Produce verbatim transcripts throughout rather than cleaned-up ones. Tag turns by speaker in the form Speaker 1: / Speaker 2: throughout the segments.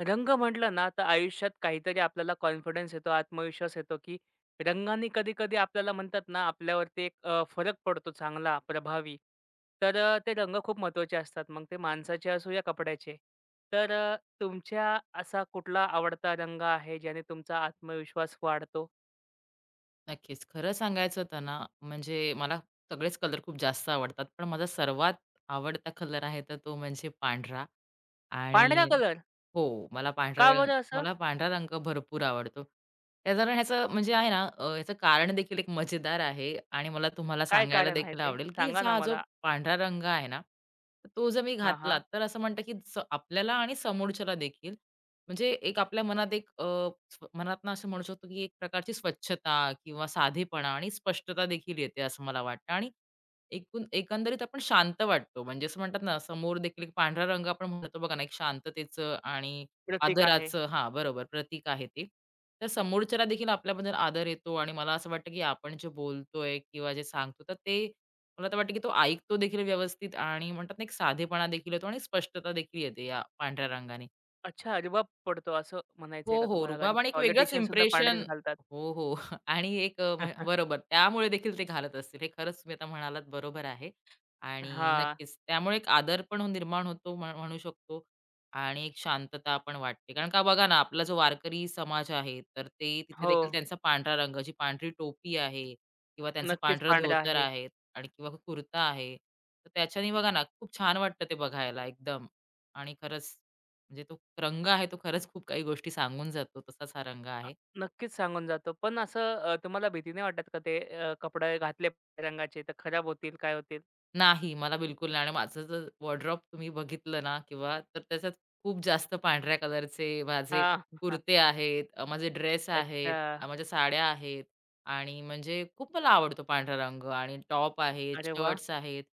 Speaker 1: रंग म्हटलं ना, तर आयुष्यात काहीतरी आपल्याला कॉन्फिडन्स येतो, आत्मविश्वास येतो, की रंगाने कधी-कधी आपल्याला म्हणतात ना, आपल्यावरती एक अ, फरक पडतो चांगला, प्रभावी. तर अ, ते रंग खूप महत्त्वाचे असतात. मग ते माणसाचे असो या कपड्याचे. तर अ, तुमच्या असा कुठला आवडता रंग आहे, ज्याने तुमचा आत्मविश्वास वाढतो?
Speaker 2: नक्कीच. खरं सांगायचं तर ना, म्हणजे मला सगळेच कलर खूप जास्त आवडतात. पण माझा सर्वात आवडता कलर आहे, तर तो म्हणजे पांढरा
Speaker 1: पांढरा
Speaker 2: आणि
Speaker 1: कलर?
Speaker 2: हो, मला पांढरा
Speaker 1: का
Speaker 2: रंग
Speaker 1: बरं असं?
Speaker 2: मला पांढरा रंग भरपूर आवडतो. त्याचं ना ह्याचं म्हणजे आहे ना अ, ह्याचं कारण देखील एक मजेदार आहे आणि मला तुम्हाला
Speaker 1: काय
Speaker 2: सांगायला
Speaker 1: कारण आहे
Speaker 2: देखील
Speaker 1: ते?
Speaker 2: आवडेल, की
Speaker 1: सांगा
Speaker 2: ह्याचा
Speaker 1: ना
Speaker 2: हा जो
Speaker 1: मला.
Speaker 2: पांढरा रंग आहे ना, तर तो जर मी
Speaker 1: हां,
Speaker 2: घातला
Speaker 1: हां.
Speaker 2: तर असं म्हणतं, की स आपल्याला आणि समोरच्याला देखील म्हणजे एक आपल्या मनात एक अ, स्व मनातनं असं म्हणू शकतो, की एक प्रकारची स्वच्छता किंवा साधेपणा आणि स्पष्टता देखील येते असं मला वाटतं आणि एकूण एकंदरीत आपण शांत वाटतो. म्हणजे असं म्हणतात ना, समोर देखील एक पांढरा रंग आपण म्हणतो बघा ना, एक शांततेचं आणि
Speaker 1: प्रतीक आहे.
Speaker 2: आदराचं हां, बरोबर प्रतीक आहे ते. तर समोरच्याला देखील आपल्याबद्दल आदर येतो आणि मला असं वाटतं, की आपण जे बोलतोय किंवा जे सांगतो, तर ते मला तर वाटतं, की तो ऐकतो देखील व्यवस्थित आणि म्हणतात ना, एक साधेपणा देखील येतो आणि स्पष्टता देखील येते या पांढऱ्या रंगाने.
Speaker 1: अच्छा, रिबाब पडतो असं म्हणायचंय
Speaker 2: हो,
Speaker 1: का
Speaker 2: हो.
Speaker 1: तुम्हाला? कारण
Speaker 2: रुबाब
Speaker 1: की
Speaker 2: आणि एक वेगळंच
Speaker 1: पॉलिटिशियन सुद्धा
Speaker 2: इम्प्रेशन
Speaker 1: पांढरेच घालतात.
Speaker 2: हो, हो. आणि एक अ, म्ह बरोबर त्यामुळे देखील ते घालत असतील. हे खरंच तुम्ही आता म्हणालात बरोबर आहे. आणि
Speaker 1: हां.
Speaker 2: नक्कीच त्यामुळे एक आदर पण हो- निर्माण होतो म्ह म्हणू शकतो आणि एक शांतता पण वाटते. कारण का बघा ना, आपला जो वारकरी समाज आहे, तर ते तिथे
Speaker 1: हो.
Speaker 2: देखील त्यांचा पांढरा रंग, जी पांढरी टोपी आहे किंवा त्यांचं
Speaker 1: नक्कीच
Speaker 2: पांढरं
Speaker 1: पांढरा
Speaker 2: धोतर
Speaker 1: आहे.
Speaker 2: आहे आणि किंवा कुर्ता आहे. तर त्याच्याने बघा ना, खूप छान वाटतं ते बघायला एकदम आणि खरंच म्हणजे तो रंग आहे तो खरंच खूप काही गोष्टी सांगून जातो तसाच हा रंग
Speaker 1: अ,
Speaker 2: आहे.
Speaker 1: नक्कीच सांगून जातो. पण असं अ, तुम्हाला भीती नाही वाटत का ते अ, कपडे घातले पांढऱ्या रंगाचे तर खराब होतील, काय होतील?
Speaker 2: नाही, मला बिलकुल नाही आणि माझं जर वॉर्डरोब तुम्ही बघितलं ना किंवा तर त्याच्यात खूप जास्त पांढऱ्या कलरचे माझे
Speaker 1: हां.
Speaker 2: कुर्ते आहेत, अ, माझे ड्रेस आहेत,
Speaker 1: अच्छा.
Speaker 2: अ, माझ्या साड्या आहेत आणि म्हणजे खूप मला आवडतो पांढरा रंग आणि टॉप आहेत,
Speaker 1: अरे वाह!
Speaker 2: शर्ट्स आहेत.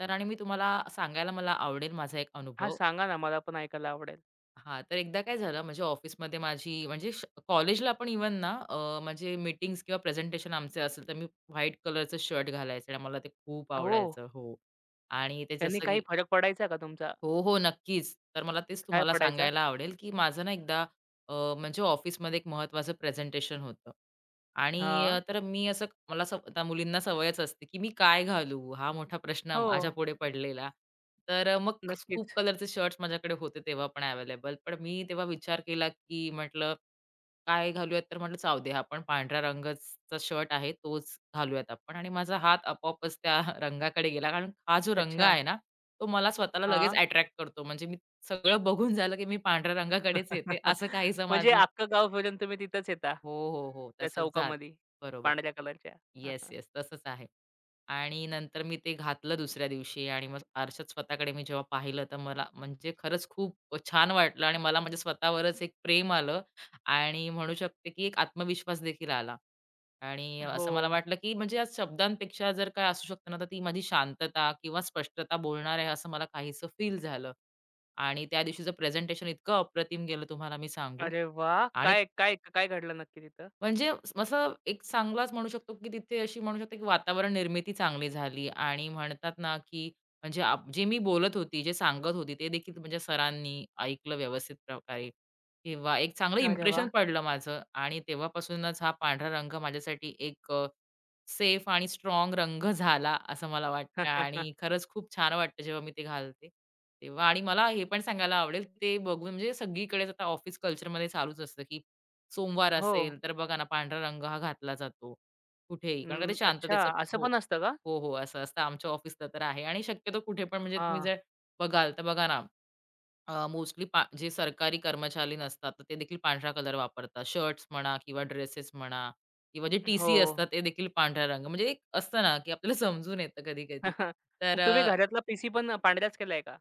Speaker 2: तर आणि मी तुम्हाला सांगायला मला आवडेल माझा एक
Speaker 1: हां,
Speaker 2: अनुभव.
Speaker 1: सांगा ना मला पण ऐकायला आवडेल.
Speaker 2: हां, तर एकदा काय झालं म्हणजे ऑफिसमध्ये माझी म्हणजे कॉलेजला पण इव्हन ना अ, म्हणजे मीटिंग्स किंवा प्रेझेंटेशन आमचे असेल, तर मी व्हाईट कलरचं शर्ट घालायचे आणि मला ते खूप
Speaker 1: हो.
Speaker 2: आवडायचं. हो. आणि ते
Speaker 1: त्यांनी
Speaker 2: जसं
Speaker 1: काही
Speaker 2: की
Speaker 1: फरक पडायचा का तुमचा?
Speaker 2: हो, हो. नक्कीच. तर मला तेच
Speaker 1: काय
Speaker 2: तुम्हाला
Speaker 1: पडायचा?
Speaker 2: सांगायला आवडेल, की माझं ना एकदा अ, म्हणजे ऑफिसमध्ये एक महत्त्वाचं प्रेझेंटेशन होतं आणि अ,
Speaker 1: हां.
Speaker 2: तर मी असं मला सव आता मुलींना सवयच असते, की मी काय घालू? हा मोठा प्रश्न
Speaker 1: हो.
Speaker 2: माझ्यापुढे पडलेला. तर अ, मग खूप
Speaker 1: नक्कीच.
Speaker 2: कलरचे शर्ट्स माझ्याकडे होते तेव्हा पण अवेलेबल. पण मी तेव्हा विचार केला, की म्हटलं काय घालूयात? तर म्हटलं जाऊ दे, हा पण पांढऱ्या रंगाचा शर्ट आहे तोच घालूयात आपण आणि माझा हात आपोआपच त्या रंगाकडे गेला. कारण हा जो रंग
Speaker 1: अच्छा.
Speaker 2: आहे ना, तो मला स्वतःला लगेच
Speaker 1: हां.
Speaker 2: अट्रॅक्ट करतो. म्हणजे मी सगळं बघून झालं, की मी पांढऱ्या रंगाकडेच येते असं काहीसं
Speaker 1: म्हणजे
Speaker 2: माझं
Speaker 1: अख्खं गाव फिरून तुम्ही तिथंच येता.
Speaker 2: हो, हो, हो.
Speaker 1: त्या
Speaker 2: तसंच झालं.
Speaker 1: चौकामध्ये
Speaker 2: बरोबर.
Speaker 1: पांढऱ्या कलरच्या.
Speaker 2: Yes, yes. तसंच आहे. आणि नंतर मी ते घातलं दुसऱ्या दिवशी आणि मग आरशात स्वतःकडे मी जेव्हा पाहिलं तर मला म्हणजे खरंच खूप छान वाटलं आणि मला म्हणजे स्वतःवरच एक प्रेम आलं आणि म्हणू शकते, की एक आत्मविश्वास देखील आला. आणि
Speaker 1: हो.
Speaker 2: असं मला वाटलं, की म्हणजे आज शब्दांपेक्षा जर काय असू शकतं ना, तर ती माझी शांतता किंवा स्पष्टता बोलणार आहे असं मला काहीसं फील झालं. आणि त्या दिवशीचं प्रेझेंटेशन इतकं अप्रतिम गेलं तुम्हाला मी सांगू.
Speaker 1: अरे वाह!
Speaker 2: आणि
Speaker 1: काय काय काय घडलं नक्की तिथं?
Speaker 2: म्हणजे असं एक चांगलाच म्हणू शकतो, की तिथे अशी म्हणू शकतो, की वातावरण निर्मिती चांगली झाली आणि म्हणतात ना, की म्हणजे आप जे मी बोलत होती, जे सांगत होती, ते देखील म्हणजे सरांनी ऐकलं व्यवस्थित प्रकारे किंवा एक चांगलं
Speaker 1: अरे
Speaker 2: इम्प्रेशन
Speaker 1: वाह!
Speaker 2: पडलं माझं आणि तेव्हापासूनच हा पांढरा रंग माझ्यासाठी एक अ, सेफ आणि स्ट्राँग रंग झाला असं मला वाटतं आणि खरंच खूप छान वाटतं जेव्हा मी ते घालते तेव्हा आणि मला हे पण सांगायला आवडेल, ते बघून म्हणजे सगळीकडेच आता ऑफिस कल्चरमध्ये चालूच असतं, की सोमवार
Speaker 1: हो.
Speaker 2: असेल, तर बघा ना पांढरा रंग हा घातला जातो कुठेही. कारण का ते
Speaker 1: अं, अच्छा.
Speaker 2: शांततेचं
Speaker 1: असं
Speaker 2: हो.
Speaker 1: पण असतं का?
Speaker 2: हो, हो. असं असतं आमच्या ऑफिसला तर आहे आणि शक्यतो कुठे पण म्हणजे तुम्ही
Speaker 1: हां,
Speaker 2: जर बघाल, तर बघा ना मोस्टली जे सरकारी कर्मचारी नसतात, तर ते देखील पांढरा कलर वापरतात. शर्ट्स म्हणा किंवा ड्रेसेस म्हणा किंवा जे
Speaker 1: हो.
Speaker 2: टी-सी असतात, ते देखील पांढरा रंग. म्हणजे एक असतं ना, की आपल्याला समजून येतं कधी-कधी. तर
Speaker 1: मग तुम्ही घरातला पीसी पण पांढराच केलाय का?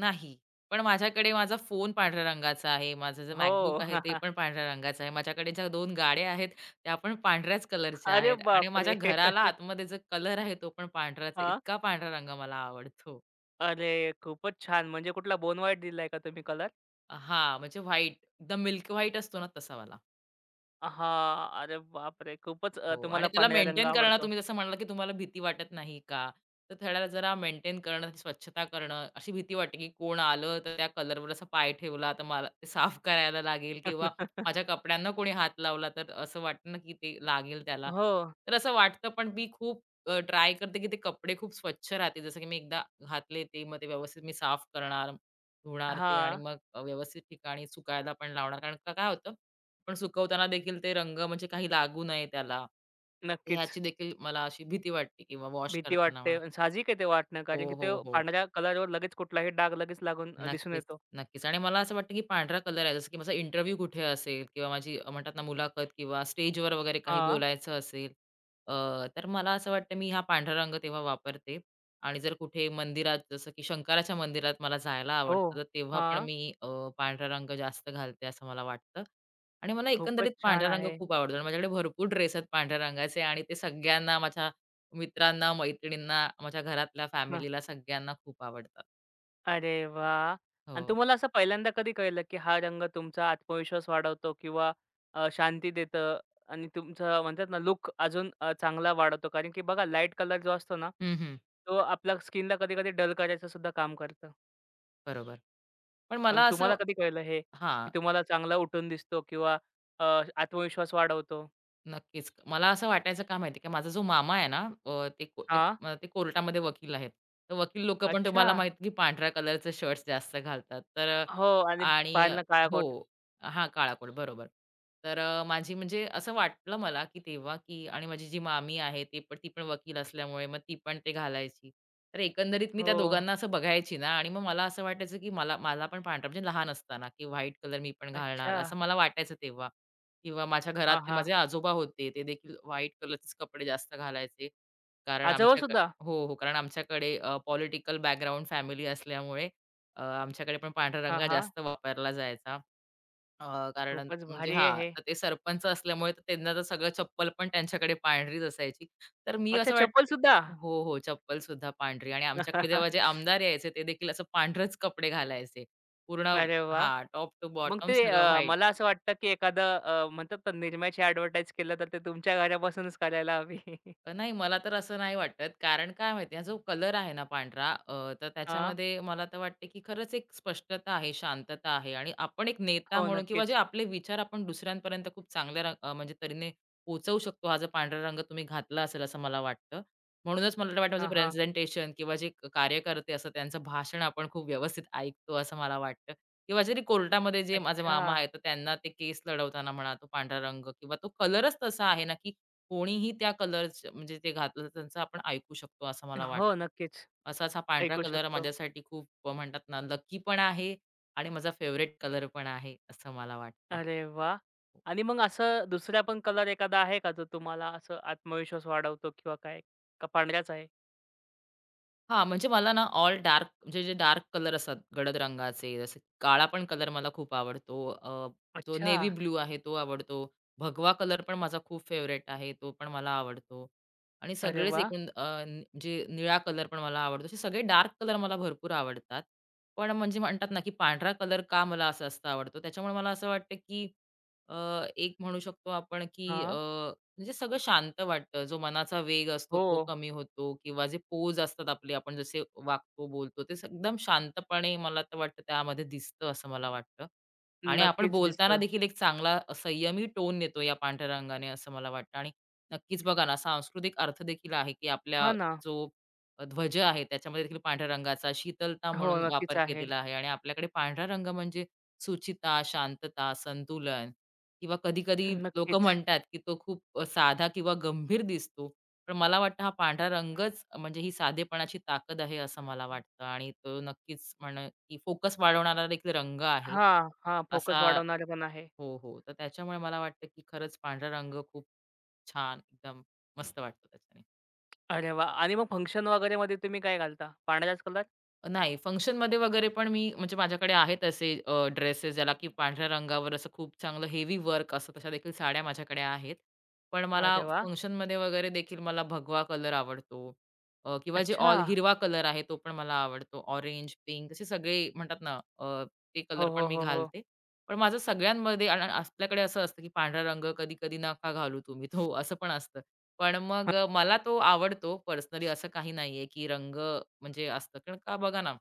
Speaker 2: नाही. पण माझ्याकडे माझा फोन पांढऱ्या रंगाचा आहे. माझं जे
Speaker 1: हो.
Speaker 2: MacBook आहे ते पण पांढऱ्या रंगाचं आहे. माझ्याकडे ज्या दोन गाड्या आहेत, त्या पण पांढऱ्याच कलरच्या
Speaker 1: अरे
Speaker 2: आहेत आणि माझ्या
Speaker 1: बापरे!
Speaker 2: घराला आतमध्ये जो कलर आहे तो पण पांढराच आहे.
Speaker 1: हां.
Speaker 2: इतका पांढरा रंग मला आवडतो.
Speaker 1: अरे खूपच छान. म्हणजे कुठला बोन व्हाईट दिलाय का तुम्ही कलर?
Speaker 2: हां, म्हणजे व्हाईट, एकदम मिल्क व्हाईट असतो ना तसा वाला.
Speaker 1: हां. अरे बापरे! खूपच अ,
Speaker 2: हो आणि
Speaker 1: तुम्हाला
Speaker 2: त्याला
Speaker 1: पांढरा रंग
Speaker 2: मेंटेन करणं
Speaker 1: आवडतो.
Speaker 2: तुम्ही जसं म्हणालात, की तुम्हाला भीती वाटत नाही का? तर त्याला जरा मेंटेन करणं, त्याची स्वच्छता करणं, अशी भीती वाटते, की कोण आलं तर त्या कलरवर असा पाय ठेवला तर मला ते साफ करायला लागेल किंवा माझ्या कपड्यांना कोणी हात लावला तर असं वाटतं ना, की ते लागेल त्याला.
Speaker 1: हो.
Speaker 2: तर असं वाटतं पण मी खूप ट्राय करते, की ते कपडे खूप स्वच्छ राहतील. जसं की मी एकदा घातले ते मग ते व्यवस्थित मी साफ करणार, धुणार ते आणि
Speaker 1: हां.
Speaker 2: मग अ, व्यवस्थित ठिकाणी सुकायला पण लावणार. कारण का काय होतं, पण सुकवताना देखील ते रंग म्हणजे काही लागू नये त्याला.
Speaker 1: नक्कीच.
Speaker 2: ह्याची देखील मला अशी भीती वाटते किंवा वॉश
Speaker 1: भीती
Speaker 2: करताना
Speaker 1: वाटते
Speaker 2: म्हणा.
Speaker 1: आणि साहजिक आहे ते वाटणं, कारण
Speaker 2: हो,
Speaker 1: की ते
Speaker 2: हो, हो.
Speaker 1: पांढऱ्या कलरवर लगेच कुठलाही डाग लगेच लागून अ, दिसून
Speaker 2: नक्कीच,
Speaker 1: येतो.
Speaker 2: नक्कीच. आणि मला असं वाटतं, की पांढरा कलर आहे जसं की माझा इंटरव्ह्यू कुठे असेल किंवा माझी अ, म्हणतात ना मुलाखत किंवा स्टेजवर वगैरे काही
Speaker 1: हां.
Speaker 2: बोलायचं असेल, अ, तर मला असं वाटतं मी हा पांढरा रंग तेव्हा वापरते. आणि जर कुठे मंदिरात जसं की शंकराच्या मंदिरात मला जायला
Speaker 1: हो.
Speaker 2: आवडतं, तर तेव्हा पण
Speaker 1: हां.
Speaker 2: मी अ, पांढरा रंग जास्त घालते असं मला वाटतं. आणि मला
Speaker 1: खूपच
Speaker 2: एकंदरीत
Speaker 1: छान
Speaker 2: पांढरा रंग
Speaker 1: आहे.
Speaker 2: खूप आवडतो आणि माझ्याकडे भरपूर ड्रेस आहेत पांढऱ्या रंगाचे आणि ते सगळ्यांना माझ्या मित्रांना, मैत्रिणींना, माझ्या घरातल्या
Speaker 1: हं.
Speaker 2: फॅमिलीला सगळ्यांना खूप आवडतात.
Speaker 1: अरे वाह! आणि
Speaker 2: हो.
Speaker 1: तुम्हाला असं पहिल्यांदा कधी कळलं, की हा रंग तुमचा आत्मविश्वास वाढवतो किंवा अ, शांती देतं आणि तुमचं म्हणतात ना लूक अजून अ, चांगला वाढवतो? कारण की बघा लाईट कलर जो असतो ना,
Speaker 2: हं, हं.
Speaker 1: तो आपल्या स्किनला कधी-कधी डल करायचं सुद्धा काम करतं.
Speaker 2: बरोबर. पण
Speaker 1: मग
Speaker 2: मला असं
Speaker 1: तुम्हाला कधी कळलं हे,
Speaker 2: हां.
Speaker 1: की तुम्हाला चांगला उठून दिसतो किंवा अ, आत्मविश्वास वाढवतो?
Speaker 2: नक्कीच. मला असं वाटायचं का माहिती आहे का माझा जो मामा आहे ना अ, ते को ते
Speaker 1: हां.
Speaker 2: अ, ते कोर्टामध्ये वकील आहेत. तर वकील लोकं पण
Speaker 1: अच्छा.
Speaker 2: तुम्हाला माहिती की पांढऱ्या कलरचे शर्ट्स जास्त घालतात. तर अ,
Speaker 1: हो आणि
Speaker 2: आणि अ,
Speaker 1: पाहिलं काळा
Speaker 2: हो.
Speaker 1: कोट.
Speaker 2: हां, काळा कोट बरोबर. तर अ, माझी म्हणजे असं वाटलं मला की तेव्हा की आणि माझी जी मामी आहे ते पण ती पण वकील असल्यामुळे मग ती पण ते घालायची. तर एकंदरीत मी त्या
Speaker 1: हो.
Speaker 2: दोघांना असं बघायची ना आणि मग मला असं वाटायचं की मला मला पण पांढरा म्हणजे लहान असताना की व्हाईट कलर मी पण घालणार
Speaker 1: अच्छा.
Speaker 2: असं मला वाटायचं तेव्हा. किंवा माझ्या
Speaker 1: हां,
Speaker 2: घरातले
Speaker 1: हां.
Speaker 2: माझे आजोबा होते, ते देखील व्हाईट कलरचेच कपडे जास्त घालायचे. कारण आमच्याकडे
Speaker 1: आजोबासुद्धा?
Speaker 2: हो, हो. कारण आमच्याकडे पॉलिटिकल बॅकग्राऊंड फॅमिली असल्यामुळे अ, आमच्याकडे पण पांढरा रंग
Speaker 1: हां,
Speaker 2: हा
Speaker 1: हां.
Speaker 2: जास्त वापरला जायचा. अ, कारण
Speaker 1: खूपच
Speaker 2: म्हणजे
Speaker 1: भारी आहे
Speaker 2: हां,
Speaker 1: हे.
Speaker 2: तर ते सरपंच असल्यामुळे तर त्यांना तर सगळं चप्पल पण त्यांच्याकडे पांढरीच असायची. तर मी
Speaker 1: अच्छा
Speaker 2: असं वाट
Speaker 1: चप्पलसुद्धा?
Speaker 2: हो, हो. चप्पल सुद्धा पांढरी आणि आमच्याकडे जेव्हा जे आमदार यायचे, ते देखील असं पांढरच कपडे घालायचे. पूर्ण
Speaker 1: अरे वाह!
Speaker 2: हां, टॉप टू
Speaker 1: मग
Speaker 2: बॉटम
Speaker 1: ते
Speaker 2: सगळं
Speaker 1: अ,
Speaker 2: व्हाईट.
Speaker 1: मला असं वाटतं, की एखादं अ, म्हणतात ना निरम्याची ॲडव्हर्टाइज केलं तर ते तुमच्या घरापासूनच करायला हवी.
Speaker 2: अ, नाही मला तर असं नाही वाटत. कारण काय माहिती आहे, जो कलर आहे ना पांढरा अ, तर
Speaker 1: हां.
Speaker 2: त्याच्यामध्ये मला तर वाटते, की खरंच एक स्पष्टता आहे, शांतता आहे आणि आपण एक नेता
Speaker 1: हो,
Speaker 2: म्हणून किंवा जे
Speaker 1: नक्कीच.
Speaker 2: आपले विचार आपण दुसऱ्यांपर्यंत खूप चांगल्या रंग अ, म्हणजे तऱ्हेने पोहोचवू शकतो. हा जो पांढरा रंग तुम्ही घातला असेल असं मला वाटतं. म्हणूनच मला तर वाटतं माझं
Speaker 1: हां, हां.
Speaker 2: प्रेझेंटेशन किंवा जे क- कार्यकर्ते असतात त्यांचं भाषण आपण खूप व्यवस्थित ऐकतो असं मला वाटतं. किंवा जरी कोर्टामध्ये जे माझे
Speaker 1: अच्छा.
Speaker 2: मामा आहेत, तर त्यांना ते केस लढवताना म्हणा तो पांढरा रंग किंवा तो कलरच तसा आहे ना, की कोणीही त्या कलरचं म्हणजे ते घातलं त्यांचं आपण ऐकू शकतो असं मला
Speaker 1: हो,
Speaker 2: वाटतं.
Speaker 1: नक्कीच.
Speaker 2: असाच हा पांढरा
Speaker 1: ऐकू
Speaker 2: कलर
Speaker 1: शकतो.
Speaker 2: माझ्यासाठी खूप म्हणतात ना, लकी पण आहे आणि माझा फेवरेट कलर पण आहे असं मला वाटतं.
Speaker 1: अरे वाह! आणि मग असं दुसरा पण कलर एखादा आहे का, जो तुम्हाला असं आत्मविश्वास वाढवतो किंवा काय? का पांढराच आहे?
Speaker 2: हां, म्हणजे मला ना ऑल डार्क म्हणजे जे डार्क कलर असतात गडद रंगाचे, जसं काळा पण कलर मला खूप आवडतो. अ, जो
Speaker 1: अच्छा.
Speaker 2: नेव्ही ब्लू आहे तो आवडतो. भगवा कलर पण माझा खूप फेवरेट आहे. तो पण मला आवडतो. आणि
Speaker 1: अरे
Speaker 2: सगळेच
Speaker 1: वाह!
Speaker 2: एकूण अ, नि- म्हणजे निळा कलर पण मला आवडतो. असे सगळे डार्क कलर मला भरपूर आवडतात. पण म्हणजे म्हणतात ना, की पांढरा कलर का मला जास्त आवडतो? त्याच्यामुळे मला असं वाटतं, की अ, एक म्हणू शकतो आपण, की
Speaker 1: हां.
Speaker 2: म्हणजे सगळं शांत वाटतं. जो मनाचा वेग असतो
Speaker 1: हो,
Speaker 2: तो कमी होतो किंवा जे पोज असतात आपले आपण जसे वागतो, बोलतो ते स- एकदम शांतपणे मला तर वाटतं त्यामध्ये दिसतं असं मला वाटतं. आणि आपण
Speaker 1: नक्कीच
Speaker 2: बोलताना
Speaker 1: दिसतं.
Speaker 2: देखील एक चांगला संयमी टोन येतो या पांढऱ्या रंगाने असं मला वाटतं. आणि नक्कीच बघा ना सांस्कृतिक अर्थ देखील आहे, की आपल्या
Speaker 1: हां ना.
Speaker 2: जो ध्वज आहे त्याच्यामध्ये देखील पांढऱ्या रंगाचा शीतलता
Speaker 1: हो,
Speaker 2: म्हणून
Speaker 1: नक्कीच
Speaker 2: वापर
Speaker 1: आहे.
Speaker 2: केलेला आहे आणि आपल्याकडे पांढरा रंग म्हणजे सुचिता, शांतता, संतुलन किंवा कधी-कधी लोकं
Speaker 1: नक्कीच.
Speaker 2: म्हणतात, की तो खूप अ, साधा किंवा गंभीर दिसतो. पण मला वाटतं हा पांढरा रंगच म्हणजे ही साधेपणाची ताकद आहे असं मला वाटतं आणि तो नक्कीच म्हण की फोकस वाढवणारा देखील रंग आहे.
Speaker 1: हां, हां. फोकस
Speaker 2: असा
Speaker 1: वाढवणारं पण आहे.
Speaker 2: हो, हो. तर त्याच्यामुळे मला वाटतं, की खरंच पांढरा रंग खूप छान एकदम मस्त वाटतो त्याच्याने.
Speaker 1: अरे वाह! आणि मग फंक्शन वगैरेमध्ये तुम्ही काय घालता? पांढराच कलर?
Speaker 2: नाही, फंक्शनमध्ये वगैरे पण मी म्हणजे माझ्याकडे आहेत असे अ, ड्रेसेस ज्याला की पांढऱ्या रंगावर असं खूप चांगलं हेवी वर्क असतं. तशा देखील साड्या माझ्याकडे आहेत. पण मला
Speaker 1: अरे वाह!
Speaker 2: फंक्शनमध्ये वगैरे देखील मला भगवा कलर आवडतो. अ, किंवा जे
Speaker 1: अच्छा.
Speaker 2: ऑल हिरवा कलर आहे तो पण मला आवडतो. ऑरेंज, पिंक असे सगळे म्हणतात ना, अ, ते कलर
Speaker 1: हो,
Speaker 2: पण
Speaker 1: हो,
Speaker 2: मी
Speaker 1: हो, हो.
Speaker 2: घालते. पण माझं सगळ्यांमध्ये आणि आणि आपल्याकडे असं असतं की पांढरा रंग कधी-कधी नका घालू तुम्ही तो असं पण असतं. पण मग, अ, मला तो आवडतो पर्सनली असं काही नाहीये, की रंग म्हणजे असतं. कारण का बघा ना,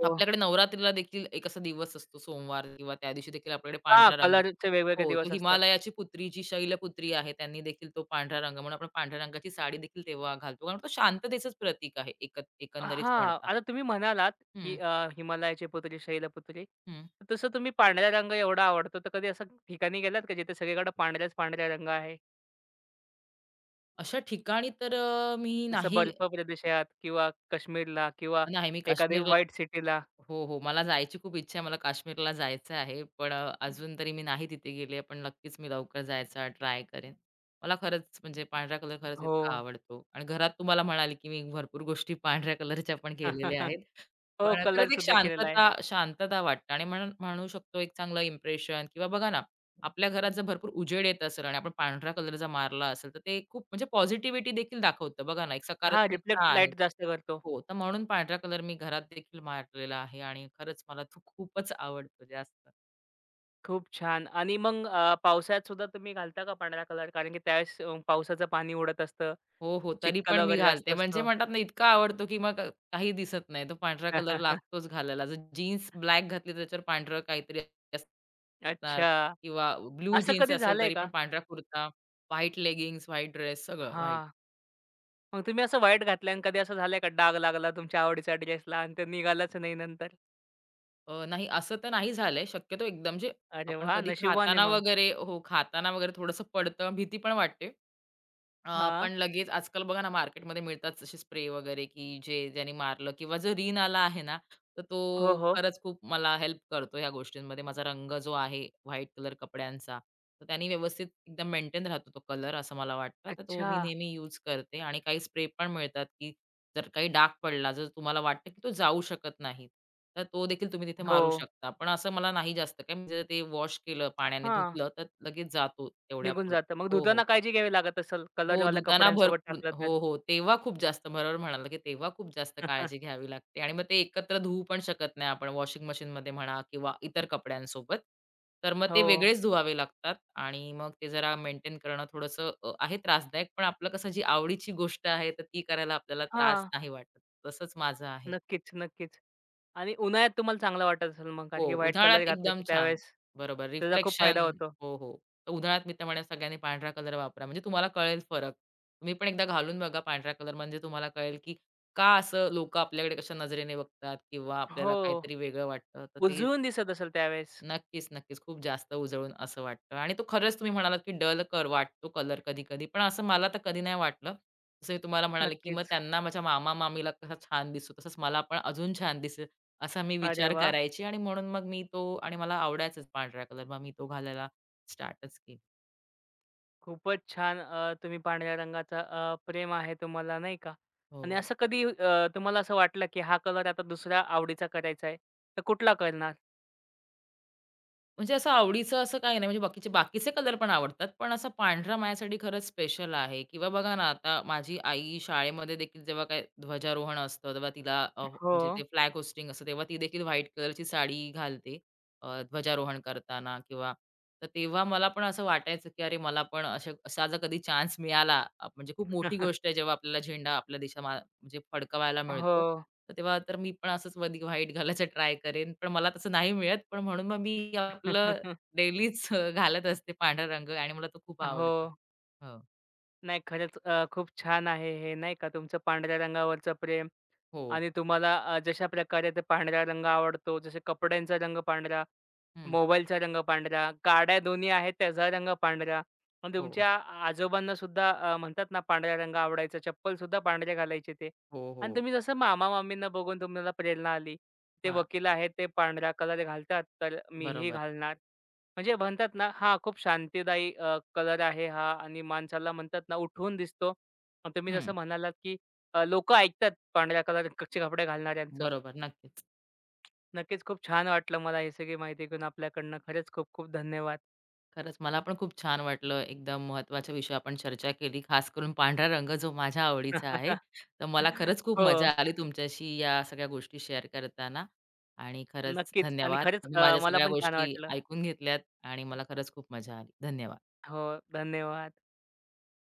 Speaker 1: हो.
Speaker 2: आपल्याकडे नवरात्रीला देखील एक असा दिवस असतो सोमवार किंवा त्या दिवशी देखील आपल्याकडे
Speaker 1: हां,
Speaker 2: पांढरा रंग.
Speaker 1: कलरचे वेगवेगळे
Speaker 2: हो, तो
Speaker 1: दिवस असतात.
Speaker 2: हिमालयाची पुत्री जी शैलपुत्री आहे, त्यांनी देखील तो पांढरा रंग म्हणून आपण पांढऱ्या रंगाची साडी देखील तेव्हा घालतो. कारण तो शांततेचंच प्रतीक आहे एक एकंदरीत
Speaker 1: हां.
Speaker 2: म्हणता.
Speaker 1: आता तुम्ही म्हणालात, की
Speaker 2: हं,
Speaker 1: अ, हिमालयाची पुतळी, शैलपुत्री.
Speaker 2: हं.
Speaker 1: तर तसं तुम्ही पांढरा रंग एवढा आवडतो, तर कधी असं ठिकाणी गेलात का जिथे सगळीकडे पांढऱ्याच पांढरा रंग आहे?
Speaker 2: अशा ठिकाणी तर, अ, मी
Speaker 1: जसं
Speaker 2: नाही.
Speaker 1: बर्फ प्रदेशात किंवा काश्मीरला किंवा
Speaker 2: नाही मी
Speaker 1: एखादी
Speaker 2: काश्मीर.
Speaker 1: व्हाईट सिटीला.
Speaker 2: हो, हो. मला जायची खूप इच्छा आहे. मला काश्मीरला जायचं आहे. पण अ, अजून तरी मी नाही तिथे गेले. पण नक्कीच मी लवकर जायचा ट्राय करेन. मला खरंच म्हणजे पांढरा कलर खरंच
Speaker 1: हो.
Speaker 2: इतका आवडतो आणि घरात तुम्हाला म्हणाले, की मी भरपूर गोष्टी पांढऱ्या कलरच्या पण केलेल्या आहेत.
Speaker 1: हो,
Speaker 2: पण
Speaker 1: कलर
Speaker 2: खरंच एक
Speaker 1: सुद्धा केलेला आहे.
Speaker 2: शांतता शांतता वाटते आणि म्हणून म्हणू शकतो एक चांगलं इम्प्रेशन किंवा बघा ना, आपल्या घरात जर भरपूर उजेड येत असेल आणि आपण पांढऱ्या कलरचा मारला असेल, तर ते खूप म्हणजे पॉझिटिव्हिटी देखील दाखवतं. बघा ना, एक
Speaker 1: हां,
Speaker 2: सकारात्मकता
Speaker 1: रिफ्लेक्ट
Speaker 2: आहे.
Speaker 1: लाईट जास्त करतो.
Speaker 2: हो, तर म्हणून पांढरा कलर मी घरात देखील मारलेला आहे आणि खरंच मला तो खूपच आवडतो जास्त.
Speaker 1: खूप छान आणि मग अ, पावसाळ्यात सुद्धा तुम्ही घालता का पांढरा कलर? कारण की त्यावेळेस अ, पावसाचं पाणी उडत असतं,
Speaker 2: हो, हो. तरी
Speaker 1: चिखल
Speaker 2: पण मी
Speaker 1: वगैरे जास्त
Speaker 2: घालते. म्हणजे
Speaker 1: असतो.
Speaker 2: म्हणतात ना, इतका आवडतो की मग काही दिसत नाही. तो पांढरा कलर लागतोच घालायला. जर जीन्स ब्लॅक घातली, तर त्याच्यावर पांढरं काहीतरी असणार.
Speaker 1: अच्छा.
Speaker 2: किंवा ब्लू
Speaker 1: असं
Speaker 2: जीन्स
Speaker 1: कधी
Speaker 2: असेल,
Speaker 1: झालंय
Speaker 2: तरी पण
Speaker 1: का?
Speaker 2: पांढरा कुर्ता, व्हाईट लेगिंग्ज, व्हाईट ड्रेस, सगळं व्हाईट.
Speaker 1: हां. मग तुम्ही असं व्हाईट घातलंय आणि कधी असं झालंय का डाग लागला तुमच्या आवडीच्या ड्रेसला आणि ते निघालाच नाही नंतर?
Speaker 2: अ, नाही असं तर नाही झालंय. शक्यतो एकदम जे
Speaker 1: अरे
Speaker 2: आपण
Speaker 1: वाह!
Speaker 2: कधी
Speaker 1: नशिबवान
Speaker 2: खाताना
Speaker 1: मग.
Speaker 2: वगैरे, हो, खाताना वगैरे थोडंसं पडतं, भीती पण वाटते. अ,
Speaker 1: हां.
Speaker 2: पण लगेच आजकाल बघा ना मार्केटमध्ये मिळतात असे स्प्रे वगैरे, की जे ज्याने मारलं किंवा जो रिन आला आहे ना, तर तो
Speaker 1: हो, हो.
Speaker 2: खरंच खूप मला हेल्प करतो ह्या गोष्टींमध्ये. माझा रंग जो आहे व्हाईट कलर कपड्यांचा, तर त्याने व्यवस्थित एकदम मेंटेन राहतो तो कलर असं मला वाटतं. तर तो
Speaker 1: अच्छा.
Speaker 2: मी नेहमी यूज करते आणि काही स्प्रे पण मिळतात, की जर काही डाग पडला, जर तुम्हाला वाटतं की तो जाऊ शकत नाही, तर तो देखील तुम्ही तिथे
Speaker 1: हो.
Speaker 2: मारू शकता. पण असं मला नाही जास्त काय म्हणजे ते वॉश केलं, पाण्याने
Speaker 1: हां,
Speaker 2: धुतलं, तर लगेच जातो
Speaker 1: निघून
Speaker 2: तेवढ्यापुरतं.
Speaker 1: जातं. मग
Speaker 2: हो, हो.
Speaker 1: धुताना काळजी घ्यावी लागत असेल
Speaker 2: हो,
Speaker 1: कलरवाल्या
Speaker 2: धुताना
Speaker 1: कपड्यांसोबत
Speaker 2: भरपूर,
Speaker 1: टाकलं
Speaker 2: हो,
Speaker 1: तर?
Speaker 2: हो. तेव्हा खूप जास्त बरोबर म्हणाला, की तेव्हा खूप जास्त काळजी घ्यावी लागते आणि मग ते एकत्र धुवू पण शकत नाही आपण वॉशिंग मशीनमध्ये म्हणा किंवा इतर कपड्यांसोबत. तर मग ते
Speaker 1: हो.
Speaker 2: वेगळेच धुवावे लागतात आणि मग ते जरा मेंटेन करणं थोडंसं, अ, आहे त्रासदायक, पण आपलं कसं जी आवडीची गोष्ट आहे, तर ती करायला आपल्याला त्रास
Speaker 1: हां,
Speaker 2: नाही वाटत. तसंच माझं आहे.
Speaker 1: नक्कीच, नक्कीच. आणि उन्हाळ्यात तुम्हाला चांगलं वाटत असेल मग कारण
Speaker 2: हो,
Speaker 1: की व्हाईट कलर
Speaker 2: उन्हाळ्यात
Speaker 1: घातला
Speaker 2: एकदम
Speaker 1: की
Speaker 2: छान.
Speaker 1: त्यावेळेस
Speaker 2: बरोबर
Speaker 1: त्याचा खूप
Speaker 2: रिफ्लेक्शन.
Speaker 1: फायदा होतो.
Speaker 2: हो, हो. तर उन्हाळ्यात मी तर म्हणेन सगळ्यांनी पांढरा कलर वापरा. म्हणजे तुम्हाला कळेल फरक. तुम्ही पण एकदा घालून बघा पांढरा कलर म्हणजे तुम्हाला कळेल, की का असं लोकं आपल्याकडे कशा नजरेने बघतात किंवा आपल्याला
Speaker 1: हो,
Speaker 2: काहीतरी वेगळं वाटतं. तर ते
Speaker 1: उजळून दिसत असेल त्यावेळेस.
Speaker 2: नक्कीच, नक्कीच. खूप जास्त उजळून असं वाटतं आणि तो खरंच तुम्ही म्हणालात, की डल कर वाटतो कलर कधी-कधी. पण असं मला तर कधी नाही वाटलं. जसं मी तुम्हाला म्हणाले, की मग
Speaker 1: नक्कीच.
Speaker 2: त्यांना माझ्या मामा-मामीला कसा छान दिसतो, तसंच मला पण अजून छान दिसेल असा मी
Speaker 1: अरे
Speaker 2: विचार
Speaker 1: वाह!
Speaker 2: करायची आणि म्हणून मग मी तो आणि मला आवडायचाच पांढरा कलर. मग मी तो घालायला स्टार्टच केलं.
Speaker 1: खूपच छान. अ, तुम्ही पांढऱ्या रंगाचा अ, प्रेम आहे तुम्हाला नाही का? आणि
Speaker 2: हो.
Speaker 1: असं कधी अ, तुम्हाला असं वाटलं की हा कलर आता दुसऱ्या आवडीचा करायचा आहे, तर कुठला करणार?
Speaker 2: म्हणजे असं आवडीचं असं काही नाही, म्हणजे बाकीचे बाकीचे कलर पण आवडतात. पण असा पांढरा माझ्यासाठी खरंच स्पेशल आहे किंवा बघा ना, आता माझी आई शाळेमध्ये देखील जेव्हा काय ध्वजारोहण असतं, तेव्हा तिला, अ,
Speaker 1: हो.
Speaker 2: म्हणजे ते फ्लॅग होस्टिंग असतं, तेव्हा ती देखील व्हाईट कलरची साडी घालते. अ, ध्वजारोहण करताना किंवा तर तेव्हा मला पण असं वाटायचं, की अरे मला पण अशा असा जर कधी चान्स मिळाला, अ, म्हणजे खूप मोठी गोष्ट आहे, जेव्हा आपल्याला झेंडा आपल्या देशा म्हणजे फडकवायला
Speaker 1: हो.
Speaker 2: मिळतो. तर तेव्हा तर मी पण असंच अधिक व्हाईट घालायचं ट्राय करेन. पण मला तसं नाही मिळत. पण म्हणून मग मी आपलं डेलीच घालत असते पांढरा रंग आणि मला तो खूप
Speaker 1: हो.
Speaker 2: आवडतो. हो.
Speaker 1: नाही खरंच अ, खूप छान आहे हे नाही का तुमचं पांढऱ्या रंगावरचं प्रेम
Speaker 2: हो.
Speaker 1: आणि तुम्हाला अ, जशा प्रकारे ते पांढरा रंग आवडतो, जसे कपड्यांचा रंग पांढरा
Speaker 2: हं.
Speaker 1: मोबाईलचा रंग पांढरा, गाड्या दोन्ही आहेत त्याचा रंग पांढरा. मग
Speaker 2: हो.
Speaker 1: तुमच्या आ- आजोबांना सुद्धा अ, म्हणतात ना पांढरा रंग आवडायचा, चप्पल सुद्धा पांढरे घालायचे ते.
Speaker 2: हो,
Speaker 1: आणि
Speaker 2: हो.
Speaker 1: तुम्ही जसं मामा-मामींना बघून तुम्हाला प्रेरणा आली. ते
Speaker 2: हां.
Speaker 1: वकील आहेत, ते पांढरा कलर घालतात, तर मीही
Speaker 2: बरोबर.
Speaker 1: घालणार. म्हणजे म्हणतात ना हा खूप शांतीदायी कलर आहे हा आणि माणसाला म्हणतात ना उठून दिसतो. आणि तुम्ही
Speaker 2: हं.
Speaker 1: जसं म्हणालात, की अ, ऐकतात पांढऱ्या कलरचे कपडे घालणाऱ्यांचं.
Speaker 2: बरोबर. नक्कीच.
Speaker 1: नक्कीच खूप छान वाटलं मला ही सगळी माहिती घेऊन आपल्याकडनं. खरंच खूप खूप धन्यवाद.
Speaker 2: खरंच मला पण खूप छान वाटलं. एकदम महत्त्वाच्या विषयावर आपण चर्चा केली. खास करून पांढरा रंग जो माझ्या आवडीचा आहे. तर मला खरंच खूप
Speaker 1: हो,
Speaker 2: मजा आली तुमच्याशी या सगळ्या गोष्टी शेअर करताना आणि खरंच
Speaker 1: नक्कीच आणि
Speaker 2: धन्यवाद.
Speaker 1: खरंच
Speaker 2: तुम्ही
Speaker 1: अ,
Speaker 2: माझ्या
Speaker 1: मला
Speaker 2: सगळ्या
Speaker 1: पण छान
Speaker 2: गोष्टी
Speaker 1: वाटलं.
Speaker 2: ऐकून घेतल्यात आणि मला खरंच खूप मजा आली. धन्यवाद.
Speaker 1: हो, धन्यवाद.